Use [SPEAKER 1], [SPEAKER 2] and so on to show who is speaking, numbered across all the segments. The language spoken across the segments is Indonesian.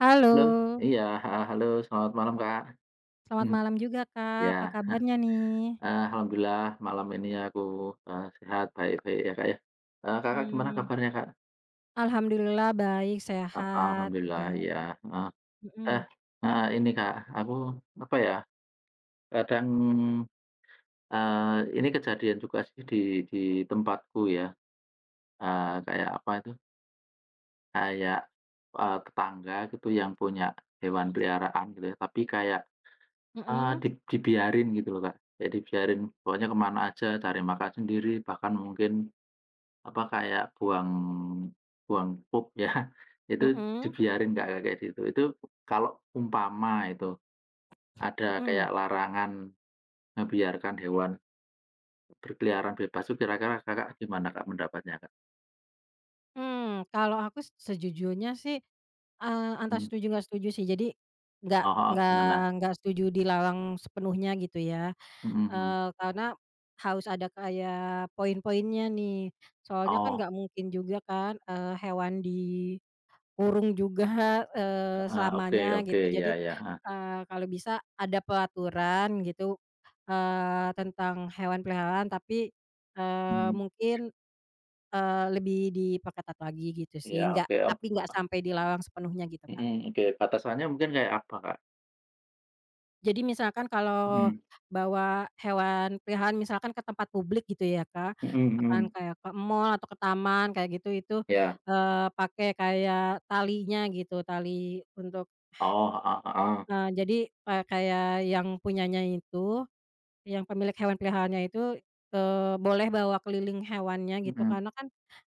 [SPEAKER 1] Halo,
[SPEAKER 2] Halo, iya, heeh, halo selamat malam Kak.
[SPEAKER 1] selamat
[SPEAKER 2] Mhm,
[SPEAKER 1] malam juga Kak,
[SPEAKER 2] iya,
[SPEAKER 1] apa
[SPEAKER 2] ah,
[SPEAKER 1] kabarnya nih?
[SPEAKER 2] alhamdulillah malam ini aku, sehat baik-baik ya Kak ya. Kakak gimana
[SPEAKER 1] Mmm,
[SPEAKER 2] kabarnya Kak?
[SPEAKER 1] Alhamdulillah baik,
[SPEAKER 2] A
[SPEAKER 1] sehat
[SPEAKER 2] Alhamdulillah
[SPEAKER 1] juga,
[SPEAKER 2] ya. Heeh. Eh,
[SPEAKER 1] mhm,
[SPEAKER 2] heeh, ini Kak, aku apa ya, kadang, ini kejadian juga sih di tempatku ya, kayak apa itu, kayak, tetangga gitu yang punya hewan peliharaan gitu ya, tapi kayak Ah,
[SPEAKER 1] mhm
[SPEAKER 2] di dibiarin gitu loh, Kak. Ya dibiarin, pokoknya kemana aja cari makan sendiri, bahkan mungkin, apa, kayak buang buang pup ya, itu
[SPEAKER 1] mhm
[SPEAKER 2] dibiarin, Kak, kayak gitu. Itu kalau umpama itu ada
[SPEAKER 1] mhm,
[SPEAKER 2] kayak larangan ngebiarkan hewan berkeliaran bebas itu kira-kira Kakak gimana, Kak, mendapatnya Kak?
[SPEAKER 1] mmm, kalau aku sejujurnya sih, antara
[SPEAKER 2] Mmm,
[SPEAKER 1] setuju nggak setuju sih, jadi nggak
[SPEAKER 2] oh heeh,
[SPEAKER 1] nggak
[SPEAKER 2] gimana?
[SPEAKER 1] nggak setuju dilarang sepenuhnya gitu ya,
[SPEAKER 2] Mhm mhm.
[SPEAKER 1] eee, karena harus ada kayak poin-poinnya nih, soalnya kan
[SPEAKER 2] Oh,
[SPEAKER 1] nggak mungkin juga kan, hewan di kurung juga,
[SPEAKER 2] heeh, oke
[SPEAKER 1] selamanya
[SPEAKER 2] oke,
[SPEAKER 1] gitu.
[SPEAKER 2] ya
[SPEAKER 1] Jadi,
[SPEAKER 2] ya heeh.
[SPEAKER 1] kalau bisa ada peraturan gitu, tentang hewan peliharaan tapi, eee,
[SPEAKER 2] Mmm,
[SPEAKER 1] mungkin, lebih diperketat lagi gitu
[SPEAKER 2] iya,
[SPEAKER 1] sih, nggak
[SPEAKER 2] oke,
[SPEAKER 1] tapi nggak sampai dilarang sepenuhnya gitu, Kak.
[SPEAKER 2] mhm, oke, batasannya mungkin kayak apa, Kak?
[SPEAKER 1] Jadi misalkan kalau
[SPEAKER 2] Mhm,
[SPEAKER 1] bawa hewan peliharaan misalkan ke tempat publik gitu ya, Kak,
[SPEAKER 2] mhm
[SPEAKER 1] misalkan
[SPEAKER 2] mhm.
[SPEAKER 1] kayak ke mall atau ke taman kayak gitu, itu,
[SPEAKER 2] Iya.
[SPEAKER 1] pakai kayak talinya gitu, tali untuk
[SPEAKER 2] Oh, heeh heeh.
[SPEAKER 1] Jadi, kayak yang punyanya itu, yang pemilik hewan peliharaannya itu, boleh bawa keliling hewannya gitu
[SPEAKER 2] Mhm,
[SPEAKER 1] karena kan,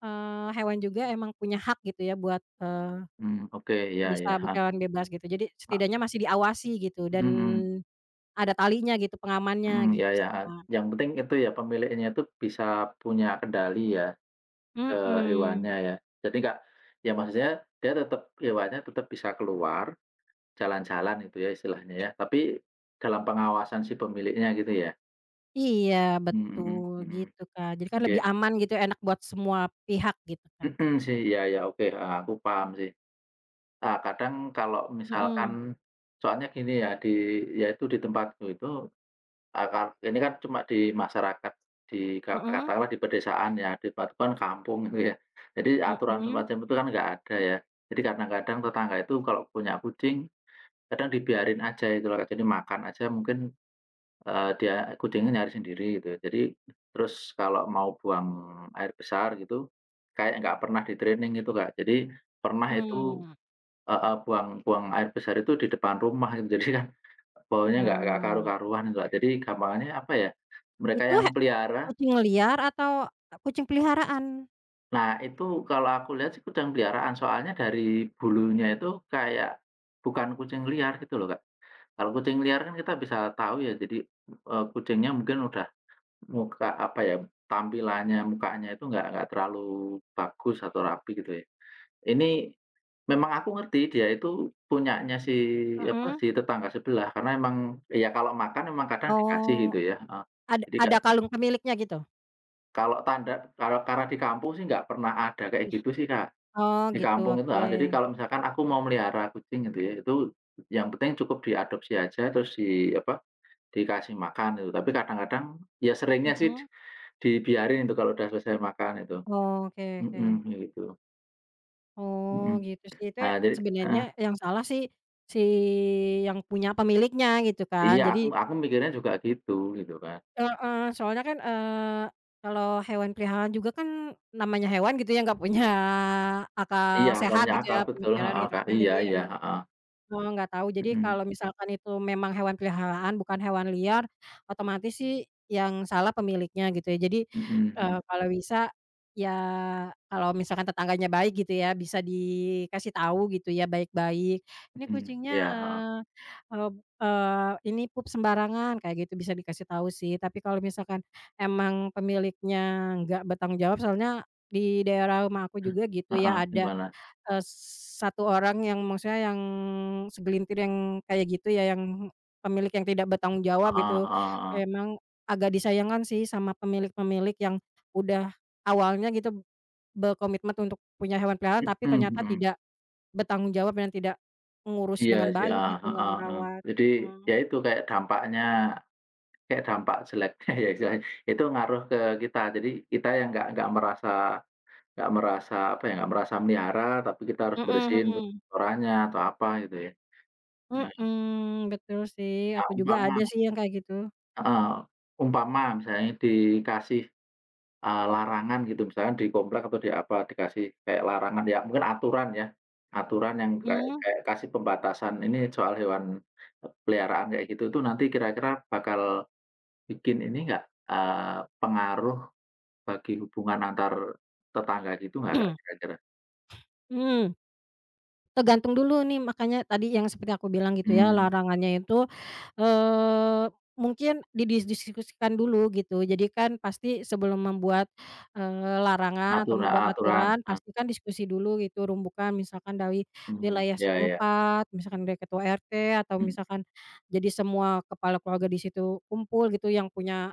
[SPEAKER 1] hewan juga emang punya hak gitu ya buat,
[SPEAKER 2] mmm, oke, iya iya,
[SPEAKER 1] bisa
[SPEAKER 2] heeh,
[SPEAKER 1] berkeliaran bebas gitu. Jadi
[SPEAKER 2] heeh,
[SPEAKER 1] setidaknya masih diawasi gitu dan
[SPEAKER 2] mhm,
[SPEAKER 1] ada talinya gitu, pengamannya
[SPEAKER 2] mhm, iya
[SPEAKER 1] gitu
[SPEAKER 2] iya,
[SPEAKER 1] sih,
[SPEAKER 2] heeh.
[SPEAKER 1] Kak.
[SPEAKER 2] Yang penting itu ya pemiliknya itu bisa punya kendali ya, ke
[SPEAKER 1] Mhm.
[SPEAKER 2] hewannya ya. Jadi nggak, ya maksudnya dia tetap, hewannya tetap bisa keluar, jalan-jalan gitu ya istilahnya ya, tapi dalam pengawasan si pemiliknya gitu ya?
[SPEAKER 1] Iya,
[SPEAKER 2] Mmm, mhm
[SPEAKER 1] betul
[SPEAKER 2] mhm,
[SPEAKER 1] gitu, Kak. Jadi kan
[SPEAKER 2] oke.
[SPEAKER 1] lebih aman gitu, enak buat semua pihak gitu, Kak.
[SPEAKER 2] Mhm, sih, iya iya, oke, heeh, aku paham sih. Kadang kalau
[SPEAKER 1] Mhm.
[SPEAKER 2] misalkan soalnya gini ya, ya itu di tempatku itu akar ini kan cuma di masyarakat, di ka
[SPEAKER 1] Mhm.
[SPEAKER 2] katakanlah di pedesaan ya, di batuan kampung gitu ya. Jadi aturan
[SPEAKER 1] Mhm.
[SPEAKER 2] semacam itu kan nggak ada ya. Jadi kadang-kadang tetangga itu kalau punya kucing, kadang dibiarin aja gitu loh. Jadi makan aja mungkin, dia kucingnya nyari sendiri gitu. Jadi terus kalau mau buang air besar gitu, kayak nggak pernah di-training gitu, Kak. Jadi pernah itu
[SPEAKER 1] Mmm.
[SPEAKER 2] heeh, buang buang air besar itu di depan rumah gitu. Jadi kan baunya nggak
[SPEAKER 1] Oh.
[SPEAKER 2] karu-karuan, Mbak. Jadi gampangannya apa ya, mereka
[SPEAKER 1] Itu
[SPEAKER 2] yang pelihara.
[SPEAKER 1] kucing liar atau kucing peliharaan?
[SPEAKER 2] Nah, itu kalau aku lihat sih kucing peliharaan, soalnya dari bulunya itu kayak bukan kucing liar gitu loh, Kak. Kalau kucing liar kan kita bisa tahu ya, jadi, kucingnya mungkin udah muka apa ya, tampilannya, mukanya itu nggak terlalu bagus atau rapi gitu ya. Ini memang aku ngerti dia itu punyanya si apa,
[SPEAKER 1] Mhm.
[SPEAKER 2] si tetangga sebelah, karena emang ya kalau makan emang kadang dikasih
[SPEAKER 1] Oh,
[SPEAKER 2] gitu ya, heeh. Jadi ka
[SPEAKER 1] ada kalung pemiliknya gitu?
[SPEAKER 2] Kalau tanda kalau karena di kampung sih nggak pernah ada kayak
[SPEAKER 1] Iya.
[SPEAKER 2] gitu sih, Kak.
[SPEAKER 1] Oh,
[SPEAKER 2] Di
[SPEAKER 1] gitu,
[SPEAKER 2] kampung itu
[SPEAKER 1] oke.
[SPEAKER 2] heeh, jadi kalau misalkan aku mau melihara kucing gitu ya, itu yang penting cukup diadopsi aja terus di apa, dikasih makan itu. Tapi kadang-kadang ya seringnya sih
[SPEAKER 1] Mhm.
[SPEAKER 2] dibiarin itu kalau udah selesai makan itu.
[SPEAKER 1] Oke, oke.
[SPEAKER 2] Mhm, kayak gitu.
[SPEAKER 1] Oh,
[SPEAKER 2] Mhm.
[SPEAKER 1] gitu sih. Itu
[SPEAKER 2] Nah jadi
[SPEAKER 1] sebenarnya
[SPEAKER 2] heeh,
[SPEAKER 1] yang salah sih, si yang punya pemiliknya gitu kan.
[SPEAKER 2] iya
[SPEAKER 1] Jadi
[SPEAKER 2] aku mikirnya juga gitu, gitu kan.
[SPEAKER 1] heeh, soalnya kan, kalau hewan peliharaan juga kan namanya hewan gitu ya, nggak punya
[SPEAKER 2] Iya,
[SPEAKER 1] akal
[SPEAKER 2] nggak
[SPEAKER 1] sehat
[SPEAKER 2] punya
[SPEAKER 1] gitu
[SPEAKER 2] akal,
[SPEAKER 1] ya,
[SPEAKER 2] betul,
[SPEAKER 1] pemikiran
[SPEAKER 2] heeh,
[SPEAKER 1] gitu
[SPEAKER 2] Kak.
[SPEAKER 1] kan.
[SPEAKER 2] Iya
[SPEAKER 1] Jadi
[SPEAKER 2] iya,
[SPEAKER 1] emang
[SPEAKER 2] heeh.
[SPEAKER 1] oh, nggak tahu. Jadi
[SPEAKER 2] Mhm,
[SPEAKER 1] kalau misalkan itu memang hewan peliharaan, bukan hewan liar, otomatis sih yang salah pemiliknya gitu ya. Jadi,
[SPEAKER 2] mhm mhm
[SPEAKER 1] kalau bisa ya kalau misalkan tetangganya baik gitu ya, bisa dikasih tahu gitu ya baik-baik, "Ini
[SPEAKER 2] mhm.
[SPEAKER 1] kucingnya,
[SPEAKER 2] Iya, heeh.
[SPEAKER 1] eee eee eee, ini pup sembarangan," kayak gitu bisa dikasih tahu sih. Tapi kalau misalkan emang pemiliknya nggak bertanggung jawab soalnya di daerah rumah aku juga gitu
[SPEAKER 2] Heeh,
[SPEAKER 1] ya ada
[SPEAKER 2] gimana?
[SPEAKER 1] Eee, satu orang yang maksudnya yang segelintir yang kayak gitu ya, yang pemilik yang tidak bertanggung jawab
[SPEAKER 2] Heeh
[SPEAKER 1] gitu,
[SPEAKER 2] heeh heeh.
[SPEAKER 1] memang agak disayangkan sih sama pemilik-pemilik yang udah awalnya gitu berkomitmen untuk punya hewan peliharaan, tapi
[SPEAKER 2] Mhm
[SPEAKER 1] ternyata
[SPEAKER 2] mhm.
[SPEAKER 1] tidak bertanggung jawab dan tidak mengurus
[SPEAKER 2] Iya
[SPEAKER 1] dengan
[SPEAKER 2] sih,
[SPEAKER 1] baik
[SPEAKER 2] heeh
[SPEAKER 1] gitu, nggak
[SPEAKER 2] heeh heeh.
[SPEAKER 1] ngerawat,
[SPEAKER 2] Jadi,
[SPEAKER 1] mhm.
[SPEAKER 2] ya itu kayak dampaknya, kayak dampak jeleknya ya istilahnya, itu ngaruh ke kita. Jadi kita yang nggak merasa, nggak merasa apa ya, nggak merasa melihara, tapi kita harus
[SPEAKER 1] Mhm,
[SPEAKER 2] bersihin
[SPEAKER 1] mhm.
[SPEAKER 2] kotorannya atau apa gitu ya. Nah,
[SPEAKER 1] Mhm, betul sih, aku juga ada
[SPEAKER 2] umpama
[SPEAKER 1] sih yang kayak gitu.
[SPEAKER 2] heeh, umpama misalnya dikasih larangan gitu misalkan di komplek atau di apa, dikasih kayak larangan ya mungkin aturan ya, aturan yang kayak
[SPEAKER 1] Mhm.
[SPEAKER 2] kayak kasih pembatasan ini soal hewan peliharaan kayak gitu tuh nanti kira-kira bakal bikin ini nggak, pengaruh bagi hubungan antar tetangga gitu nggak Kak
[SPEAKER 1] Mhm.
[SPEAKER 2] kira-kira?
[SPEAKER 1] Tergantung dulu nih, makanya tadi yang seperti aku bilang gitu ya,
[SPEAKER 2] Mmm,
[SPEAKER 1] larangannya itu, eee, mungkin didiskusikan dulu gitu. Jadi kan pasti sebelum membuat, larangan atau
[SPEAKER 2] heeh,
[SPEAKER 1] membuat
[SPEAKER 2] aturan,
[SPEAKER 1] aturan,
[SPEAKER 2] heeh,
[SPEAKER 1] pasti kan diskusi dulu gitu, rumbukan misalkan dari
[SPEAKER 2] mhm,
[SPEAKER 1] wilayah
[SPEAKER 2] iya iya,
[SPEAKER 1] setempat, misalkan dari ketua RT atau
[SPEAKER 2] mhm
[SPEAKER 1] misalkan jadi semua kepala keluarga di situ kumpul gitu, yang punya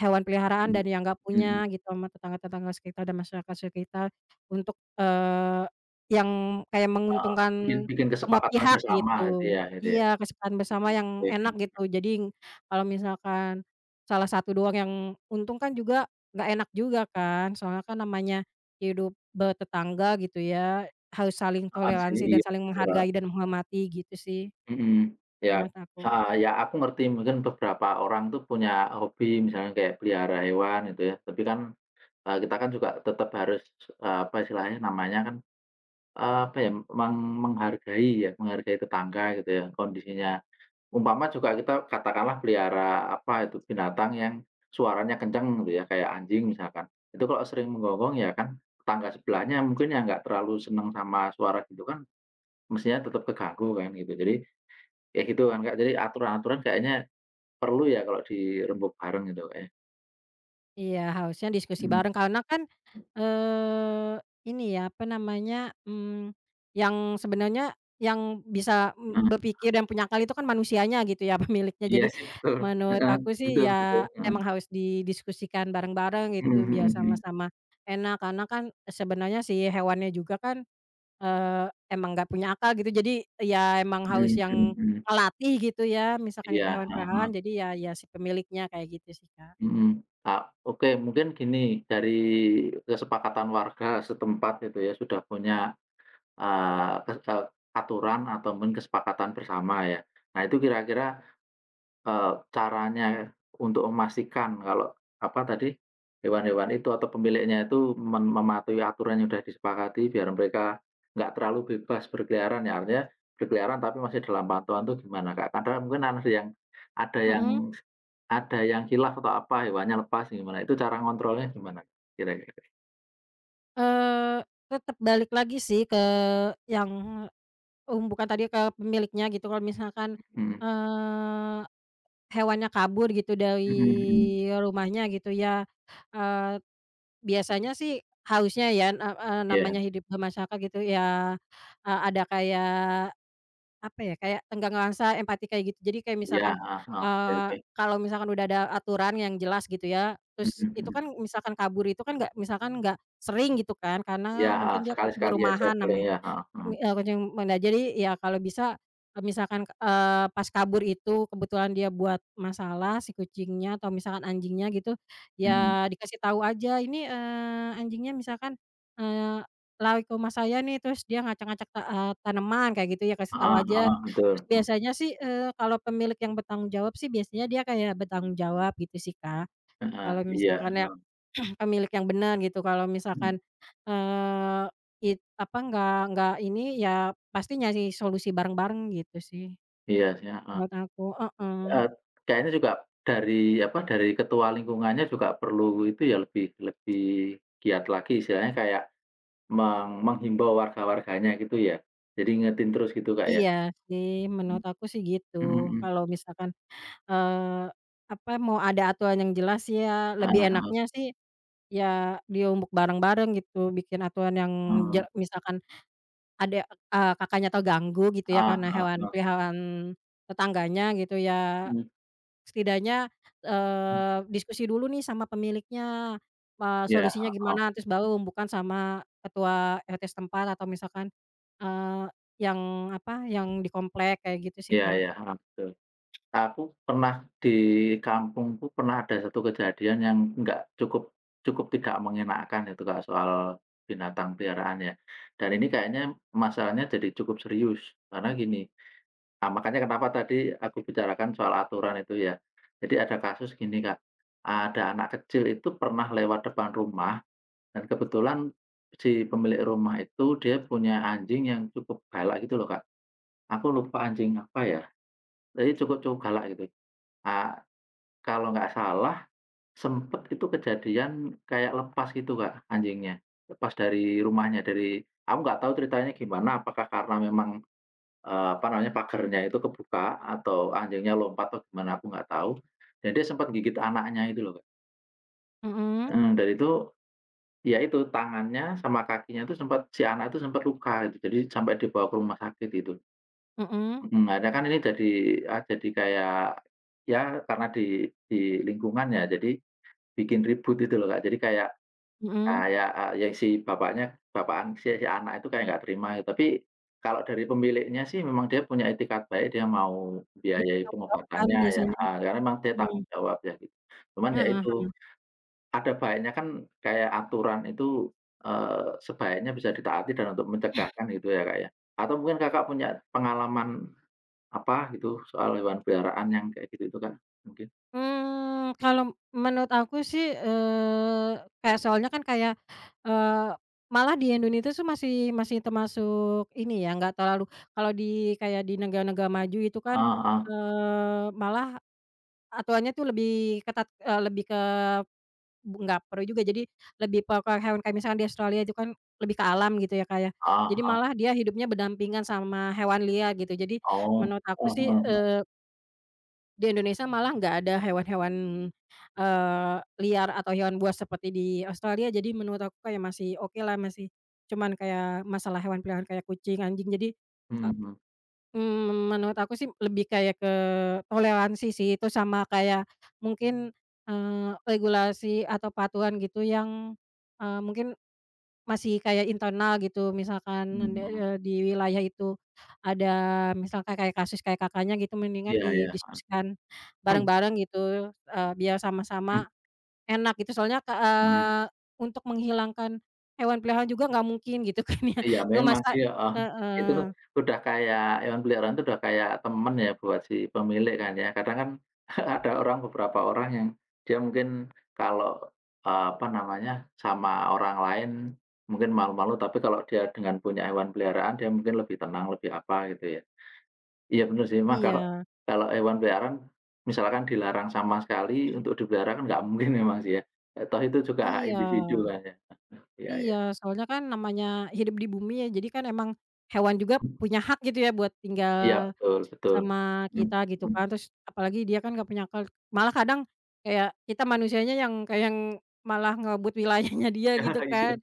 [SPEAKER 1] hewan peliharaan
[SPEAKER 2] mhm,
[SPEAKER 1] dan yang nggak
[SPEAKER 2] mhm,
[SPEAKER 1] punya gitu sama tetangga-tetangga sekitar dan masyarakat sekitar untuk, yang kayak
[SPEAKER 2] heeh, bikin
[SPEAKER 1] menguntungkan
[SPEAKER 2] bikin
[SPEAKER 1] semua
[SPEAKER 2] kesepakatan
[SPEAKER 1] pihak
[SPEAKER 2] bersama
[SPEAKER 1] gitu.
[SPEAKER 2] gitu ya,
[SPEAKER 1] Iya, kesepakatan bersama yang
[SPEAKER 2] oke,
[SPEAKER 1] enak gitu. Jadi kalau misalkan salah satu doang yang untung kan juga nggak enak juga kan, soalnya kan namanya hidup bertetangga gitu ya, harus saling
[SPEAKER 2] heeh, sih,
[SPEAKER 1] toleransi dan
[SPEAKER 2] iya,
[SPEAKER 1] saling
[SPEAKER 2] betul.
[SPEAKER 1] menghargai dan menghormati gitu sih
[SPEAKER 2] Mhm, ya
[SPEAKER 1] menurut aku.
[SPEAKER 2] heeh, ya aku ngerti mungkin beberapa orang tuh punya hobi misalnya kayak pelihara hewan gitu ya, tapi kan, kita kan juga tetap harus, apa istilahnya namanya kan, apa ya, meng menghargai ya, menghargai tetangga gitu ya kondisinya. Umpama juga kita katakanlah pelihara apa itu, binatang yang suaranya kenceng gitu ya, kayak anjing misalkan. Itu kalau sering menggonggong ya kan tetangga sebelahnya mungkin yang nggak terlalu seneng sama suara gitu kan, mestinya tetap keganggu kan gitu. Jadi, kayak gitu kan, Kak, jadi aturan-aturan kayaknya perlu ya kalau dirembuk bareng gitu, Kak, ya.
[SPEAKER 1] Iya, harusnya diskusi
[SPEAKER 2] Mhm,
[SPEAKER 1] bareng karena kan, eee, ini ya, apa namanya, yang sebenarnya yang bisa,
[SPEAKER 2] heeh.
[SPEAKER 1] berpikir dan punya akal itu kan manusianya gitu ya, pemiliknya.
[SPEAKER 2] Iya
[SPEAKER 1] Jadi
[SPEAKER 2] sih betul,
[SPEAKER 1] menurut
[SPEAKER 2] heeh,
[SPEAKER 1] aku sih
[SPEAKER 2] betul betul,
[SPEAKER 1] ya
[SPEAKER 2] heeh.
[SPEAKER 1] emang harus didiskusikan bareng-bareng
[SPEAKER 2] Mhm
[SPEAKER 1] gitu
[SPEAKER 2] mhm
[SPEAKER 1] biar
[SPEAKER 2] mhm.
[SPEAKER 1] sama-sama enak, karena kan sebenarnya si hewannya juga kan, eee, emang nggak punya akal gitu. Jadi ya emang
[SPEAKER 2] Mhm
[SPEAKER 1] harus
[SPEAKER 2] mhm
[SPEAKER 1] yang
[SPEAKER 2] mhm.
[SPEAKER 1] ngelatih gitu ya, misalkan itu
[SPEAKER 2] Iya,
[SPEAKER 1] hewan
[SPEAKER 2] heeh
[SPEAKER 1] peliharaan
[SPEAKER 2] heeh,
[SPEAKER 1] jadi ya si pemiliknya, kayak gitu sih, Kak.
[SPEAKER 2] mhm. Ah, oke mungkin gini, dari kesepakatan warga setempat gitu ya sudah punya, eee, kes eee, aturan atau mungkin kesepakatan bersama ya. Nah itu kira-kira Eee, caranya untuk memastikan kalau, apa tadi, hewan-hewan itu atau pemiliknya itu mematuhi aturan yang sudah disepakati biar mereka nggak terlalu bebas berkeliaran ya, artinya berkeliaran tapi masih dalam pantauan tuh gimana, Kak? Kadang mungkin ada yang
[SPEAKER 1] Mhm.
[SPEAKER 2] ada yang khilaf atau apa, hewannya lepas gimana, itu cara ngontrolnya gimana kira-kira?
[SPEAKER 1] Eee, tetep balik lagi sih ke yang, bukan tadi ke pemiliknya gitu kalau misalkan,
[SPEAKER 2] Mhm,
[SPEAKER 1] eee, hewannya kabur gitu
[SPEAKER 2] mhm
[SPEAKER 1] dari
[SPEAKER 2] mhm.
[SPEAKER 1] rumahnya gitu ya, eee, biasanya sih harusnya ya,
[SPEAKER 2] Iya
[SPEAKER 1] namanya hidup bermasyarakat gitu ya, ada kayak apa ya, kayak enggak ngerasa empati kayak gitu. Jadi kayak
[SPEAKER 2] iya,
[SPEAKER 1] misalkan,
[SPEAKER 2] heeh heeh, oke oke.
[SPEAKER 1] kalau misalkan udah ada aturan yang jelas gitu ya,
[SPEAKER 2] Mhm
[SPEAKER 1] terus itu
[SPEAKER 2] mhm.
[SPEAKER 1] kan misalkan kabur itu kan nggak misalkan nggak sering gitu kan,
[SPEAKER 2] Iya,
[SPEAKER 1] karena
[SPEAKER 2] heeh,
[SPEAKER 1] mungkin dia kucing
[SPEAKER 2] sekali-sekali aja
[SPEAKER 1] rumahan
[SPEAKER 2] paling
[SPEAKER 1] namanya
[SPEAKER 2] ya, heeh heeh.
[SPEAKER 1] Kucing menda. Jadi ya kalau bisa, misalkan, pas kabur itu kebetulan dia buat masalah si kucingnya atau misalkan anjingnya gitu,
[SPEAKER 2] Mhm.
[SPEAKER 1] ya dikasih tahu aja, "Ini, anjingnya misalkan, eee, lari ke rumah saya nih, terus dia ngacak-ngacak tanaman," kayak gitu ya, kasih tahu
[SPEAKER 2] Heeh
[SPEAKER 1] aja.
[SPEAKER 2] heeh, betul.
[SPEAKER 1] Terus biasanya sih, kalau pemilik yang bertanggung jawab sih biasanya dia kayak bertanggung jawab gitu sih, Kak.
[SPEAKER 2] Heeh,
[SPEAKER 1] Kalau
[SPEAKER 2] iya,
[SPEAKER 1] misalkan ya pemilik yang benar gitu, kalau
[SPEAKER 2] mhm,
[SPEAKER 1] misalkan, eee, apa, nggak ini, ya pasti nyari solusi bareng-bareng gitu sih
[SPEAKER 2] iya sih, heeh.
[SPEAKER 1] menurut aku heeh.
[SPEAKER 2] Eee, kayaknya juga dari, apa, dari ketua lingkungannya juga perlu itu ya lebih lebih giat lagi istilahnya kayak menghimbau warga-warganya gitu ya. Jadi ingetin terus gitu Kak ya?
[SPEAKER 1] Iya sih,
[SPEAKER 2] Mhm,
[SPEAKER 1] menurut aku sih gitu.
[SPEAKER 2] mhm mhm,
[SPEAKER 1] Kalau misalkan, eee, apa, mau ada aturan yang jelas sih ya lebih
[SPEAKER 2] heeh,
[SPEAKER 1] enaknya sih ya diombak bareng-bareng gitu, bikin aturan yang
[SPEAKER 2] mmm,
[SPEAKER 1] misalkan ada, Kakaknya atau ganggu gitu ya
[SPEAKER 2] heeh
[SPEAKER 1] karena
[SPEAKER 2] heeh
[SPEAKER 1] hewan
[SPEAKER 2] heeh,
[SPEAKER 1] peliharaan tetangganya gitu ya
[SPEAKER 2] mhm
[SPEAKER 1] setidaknya,
[SPEAKER 2] mhm,
[SPEAKER 1] diskusi dulu nih sama pemiliknya,
[SPEAKER 2] iya,
[SPEAKER 1] solusinya
[SPEAKER 2] heeh,
[SPEAKER 1] gimana, terus
[SPEAKER 2] mhm,
[SPEAKER 1] baru bukan sama ketua RT setempat atau misalkan, eee, yang apa, yang di komplek kayak gitu sih,
[SPEAKER 2] iya
[SPEAKER 1] Kak.
[SPEAKER 2] iya, heeh, betul. Aku pernah di kampungku pernah ada satu kejadian yang nggak cukup, cukup tidak mengenakan itu Kak, soal binatang peliharaan ya. Dan ini kayaknya masalahnya jadi cukup serius, karena gini, makanya kenapa tadi aku bicarakan soal aturan itu ya. Jadi ada kasus gini Kak, ada anak kecil itu pernah lewat depan rumah dan kebetulan si pemilik rumah itu dia punya anjing yang cukup galak gitu loh Kak. Aku lupa anjing apa ya, jadi cukup cukup galak gitu. Ah kalau nggak salah, sempet itu kejadian kayak lepas gitu, Kak, anjingnya. Lepas dari rumahnya, dari aku nggak tahu ceritanya gimana, apakah karena memang, apa namanya, pagernya itu kebuka atau anjingnya lompat atau gimana, aku nggak tahu. Dan dia sempat gigit anaknya itu loh, Kak.
[SPEAKER 1] Mhm,
[SPEAKER 2] Heeh, dan itu ya itu, tangannya sama kakinya itu sempat, si anak itu sempat luka gitu, jadi sampai dibawa ke rumah sakit itu.
[SPEAKER 1] mhm,
[SPEAKER 2] Mhm, akhirnya kan ini jadi, jadi kayak ya karena di lingkungan ya, jadi bikin ribut itu loh, Kak. Jadi kayak
[SPEAKER 1] mhm.
[SPEAKER 2] kayak, eee, ya si bapaknya, bapakan si si anak itu kayak nggak terima gitu. Tapi kalau dari pemiliknya sih memang dia punya itikad baik, dia mau
[SPEAKER 1] Dia
[SPEAKER 2] biayai
[SPEAKER 1] kan
[SPEAKER 2] pengobatannya ya,
[SPEAKER 1] biasanya.
[SPEAKER 2] heeh, karena memang dia
[SPEAKER 1] Mhm.
[SPEAKER 2] tanggung jawab ya gitu. Cuman ya
[SPEAKER 1] Heeh,
[SPEAKER 2] itu,
[SPEAKER 1] heeh.
[SPEAKER 2] ada baiknya kan kayak aturan itu, eee, sebaiknya bisa ditaati dan untuk mencegahkan gitu ya, Kak, ya. Atau mungkin Kakak punya pengalaman apa gitu soal hewan peliharaan yang kayak gitu itu, Kak, mungkin?
[SPEAKER 1] Kalau menurut aku sih, kayak soalnya kan kayak, eee, malah di Indonesia tuh masih masih termasuk ini ya, nggak terlalu kalau di kayak di negara-negara maju itu kan,
[SPEAKER 2] Heeh heeh,
[SPEAKER 1] malah aturannya tuh lebih ketat, lebih ke nggak perlu juga, jadi lebih pokok hewan kayak misalkan di Australia itu kan lebih ke alam gitu ya, Kak, ya.
[SPEAKER 2] heeh
[SPEAKER 1] Jadi
[SPEAKER 2] heeh.
[SPEAKER 1] malah dia hidupnya berdampingan sama hewan liar gitu. Jadi
[SPEAKER 2] Oh,
[SPEAKER 1] menurut aku
[SPEAKER 2] heeh
[SPEAKER 1] sih,
[SPEAKER 2] heeh.
[SPEAKER 1] di Indonesia malah nggak ada hewan-hewan, liar atau hewan buas seperti di Australia, jadi menurut aku kayak masih okelah, masih cuman kayak masalah hewan peliharaan kayak kucing, anjing, jadi, e
[SPEAKER 2] Mhm
[SPEAKER 1] menurut aku sih lebih kayak ke toleransi sih, itu sama kayak mungkin, regulasi atau peraturan gitu yang, mungkin masih kayak internal gitu misalkan,
[SPEAKER 2] mhm mhm.
[SPEAKER 1] di wilayah itu ada misalkan kayak kasus kayak Kakaknya gitu mendingan
[SPEAKER 2] Iya iya.
[SPEAKER 1] didiskusikan
[SPEAKER 2] Mhm.
[SPEAKER 1] bareng-bareng gitu, biar sama-sama enak gitu soalnya
[SPEAKER 2] Mhm.
[SPEAKER 1] untuk menghilangkan hewan peliharaan juga nggak mungkin gitu kan ya,
[SPEAKER 2] Iya memang
[SPEAKER 1] ngemasa
[SPEAKER 2] sih, heeh. Itu tuh
[SPEAKER 1] heeh,
[SPEAKER 2] udah kayak hewan peliharaan itu udah kayak temen ya buat si pemilik kan ya. Kadang kan ada orang beberapa orang yang dia mungkin kalau, apa namanya, sama orang lain mungkin malu-malu, tapi kalau dia dengan punya hewan peliharaan dia mungkin lebih tenang, lebih apa gitu ya. Iya bener sih, emang kalau
[SPEAKER 1] iya
[SPEAKER 2] kalau hewan peliharaan misalkan dilarang sama sekali untuk dipelihara kan nggak mungkin memang sih ya, toh itu juga hak individu
[SPEAKER 1] iya
[SPEAKER 2] kan ya. Iya
[SPEAKER 1] iya
[SPEAKER 2] iya.
[SPEAKER 1] soalnya kan namanya hidup di bumi ya jadi kan emang hewan juga punya hak gitu ya buat tinggal
[SPEAKER 2] Iya betul betul.
[SPEAKER 1] sama
[SPEAKER 2] Mhm
[SPEAKER 1] kita gitu
[SPEAKER 2] mhm.
[SPEAKER 1] kan, terus apalagi dia kan nggak punya akal, malah kadang kayak kita manusianya yang kayak yang malah ngebut wilayahnya dia gitu
[SPEAKER 2] Iya
[SPEAKER 1] kan,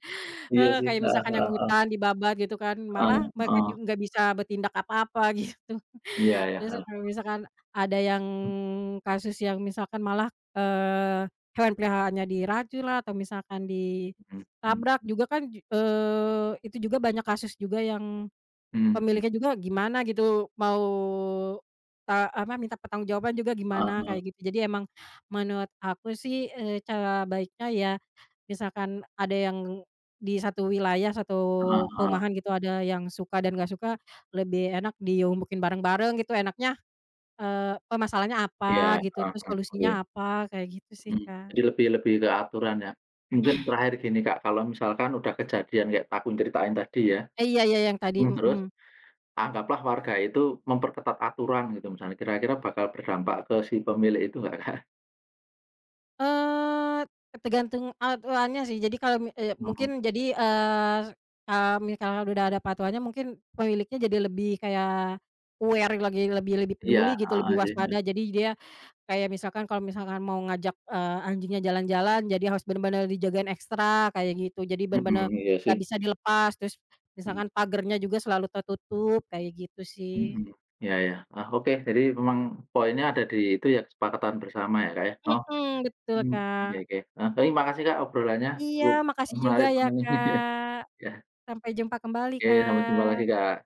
[SPEAKER 2] iya
[SPEAKER 1] heeh,
[SPEAKER 2] sih,
[SPEAKER 1] kayak
[SPEAKER 2] heeh
[SPEAKER 1] misalkan yang
[SPEAKER 2] heeh,
[SPEAKER 1] hutan dibabat gitu kan,
[SPEAKER 2] heeh
[SPEAKER 1] malah mereka
[SPEAKER 2] heeh.
[SPEAKER 1] juga nggak bisa bertindak apa-apa gitu.
[SPEAKER 2] Iya iya,
[SPEAKER 1] Terus
[SPEAKER 2] heeh.
[SPEAKER 1] kalau misalkan ada yang kasus yang misalkan malah, eee, hewan peliharaannya diracun lah atau misalkan
[SPEAKER 2] Mhm mhm,
[SPEAKER 1] ditabrak juga kan itu juga banyak kasus juga yang
[SPEAKER 2] mmm,
[SPEAKER 1] pemiliknya juga gimana gitu, mau, apa, minta pertanggungjawaban juga
[SPEAKER 2] heeh
[SPEAKER 1] gimana,
[SPEAKER 2] heeh,
[SPEAKER 1] kayak gitu. Jadi emang menurut aku sih, cara baiknya ya misalkan ada yang di satu wilayah, satu
[SPEAKER 2] heeh heeh.
[SPEAKER 1] perumahan gitu, ada yang suka dan nggak suka, lebih enak diomongin bareng-bareng gitu, enaknya, permasalahannya
[SPEAKER 2] Iya,
[SPEAKER 1] apa gitu,
[SPEAKER 2] heeh
[SPEAKER 1] terus
[SPEAKER 2] heeh, oke,
[SPEAKER 1] solusinya apa, kayak gitu sih,
[SPEAKER 2] mhm.
[SPEAKER 1] Kak.
[SPEAKER 2] Jadi lebih lebih ke aturan ya. Mungkin terakhir gini Kak, kalau misalkan udah kejadian kayak aku ceritain tadi ya,
[SPEAKER 1] Eh, iya, iya yang tadi,
[SPEAKER 2] mhm, terus?
[SPEAKER 1] mhm.
[SPEAKER 2] Anggaplah warga itu memperketat aturan gitu misalnya, kira-kira bakal berdampak ke si pemilik itu nggak, Kak?
[SPEAKER 1] Eee, tergantung aturannya sih. Jadi kalau
[SPEAKER 2] Mhm.
[SPEAKER 1] mungkin jadi, eee, eee, misalkan udah ada patuannya mungkin pemiliknya jadi lebih kayak aware lagi, lebih lebih
[SPEAKER 2] Iya,
[SPEAKER 1] peduli gitu,
[SPEAKER 2] heeh
[SPEAKER 1] lebih
[SPEAKER 2] sih,
[SPEAKER 1] waspada. Jadi dia kayak misalkan kalau misalkan mau ngajak, anjingnya jalan-jalan, jadi harus bener-bener dijagain ekstra kayak gitu. Jadi
[SPEAKER 2] mhm,
[SPEAKER 1] bener-bener
[SPEAKER 2] iya sih.
[SPEAKER 1] nggak bisa dilepas, terus
[SPEAKER 2] Mhm
[SPEAKER 1] misalkan pagernya juga selalu tertutup kayak gitu
[SPEAKER 2] mhm.
[SPEAKER 1] sih.
[SPEAKER 2] Iya iya. Oke, jadi memang poinnya ada di itu ya, kesepakatan bersama ya, Kak, ya? Oh,
[SPEAKER 1] Mhm, betul
[SPEAKER 2] mmm, oke
[SPEAKER 1] Kak.
[SPEAKER 2] oke. Heeh, tapi makasih, Kak, obrolannya,
[SPEAKER 1] Iya,
[SPEAKER 2] cukup
[SPEAKER 1] makasih juga
[SPEAKER 2] menarik
[SPEAKER 1] ya
[SPEAKER 2] banget nih.
[SPEAKER 1] Kak.
[SPEAKER 2] Ya,
[SPEAKER 1] Sampai jumpa kembali,
[SPEAKER 2] oke, sampai jumpa lagi,
[SPEAKER 1] Kak.
[SPEAKER 2] Kak.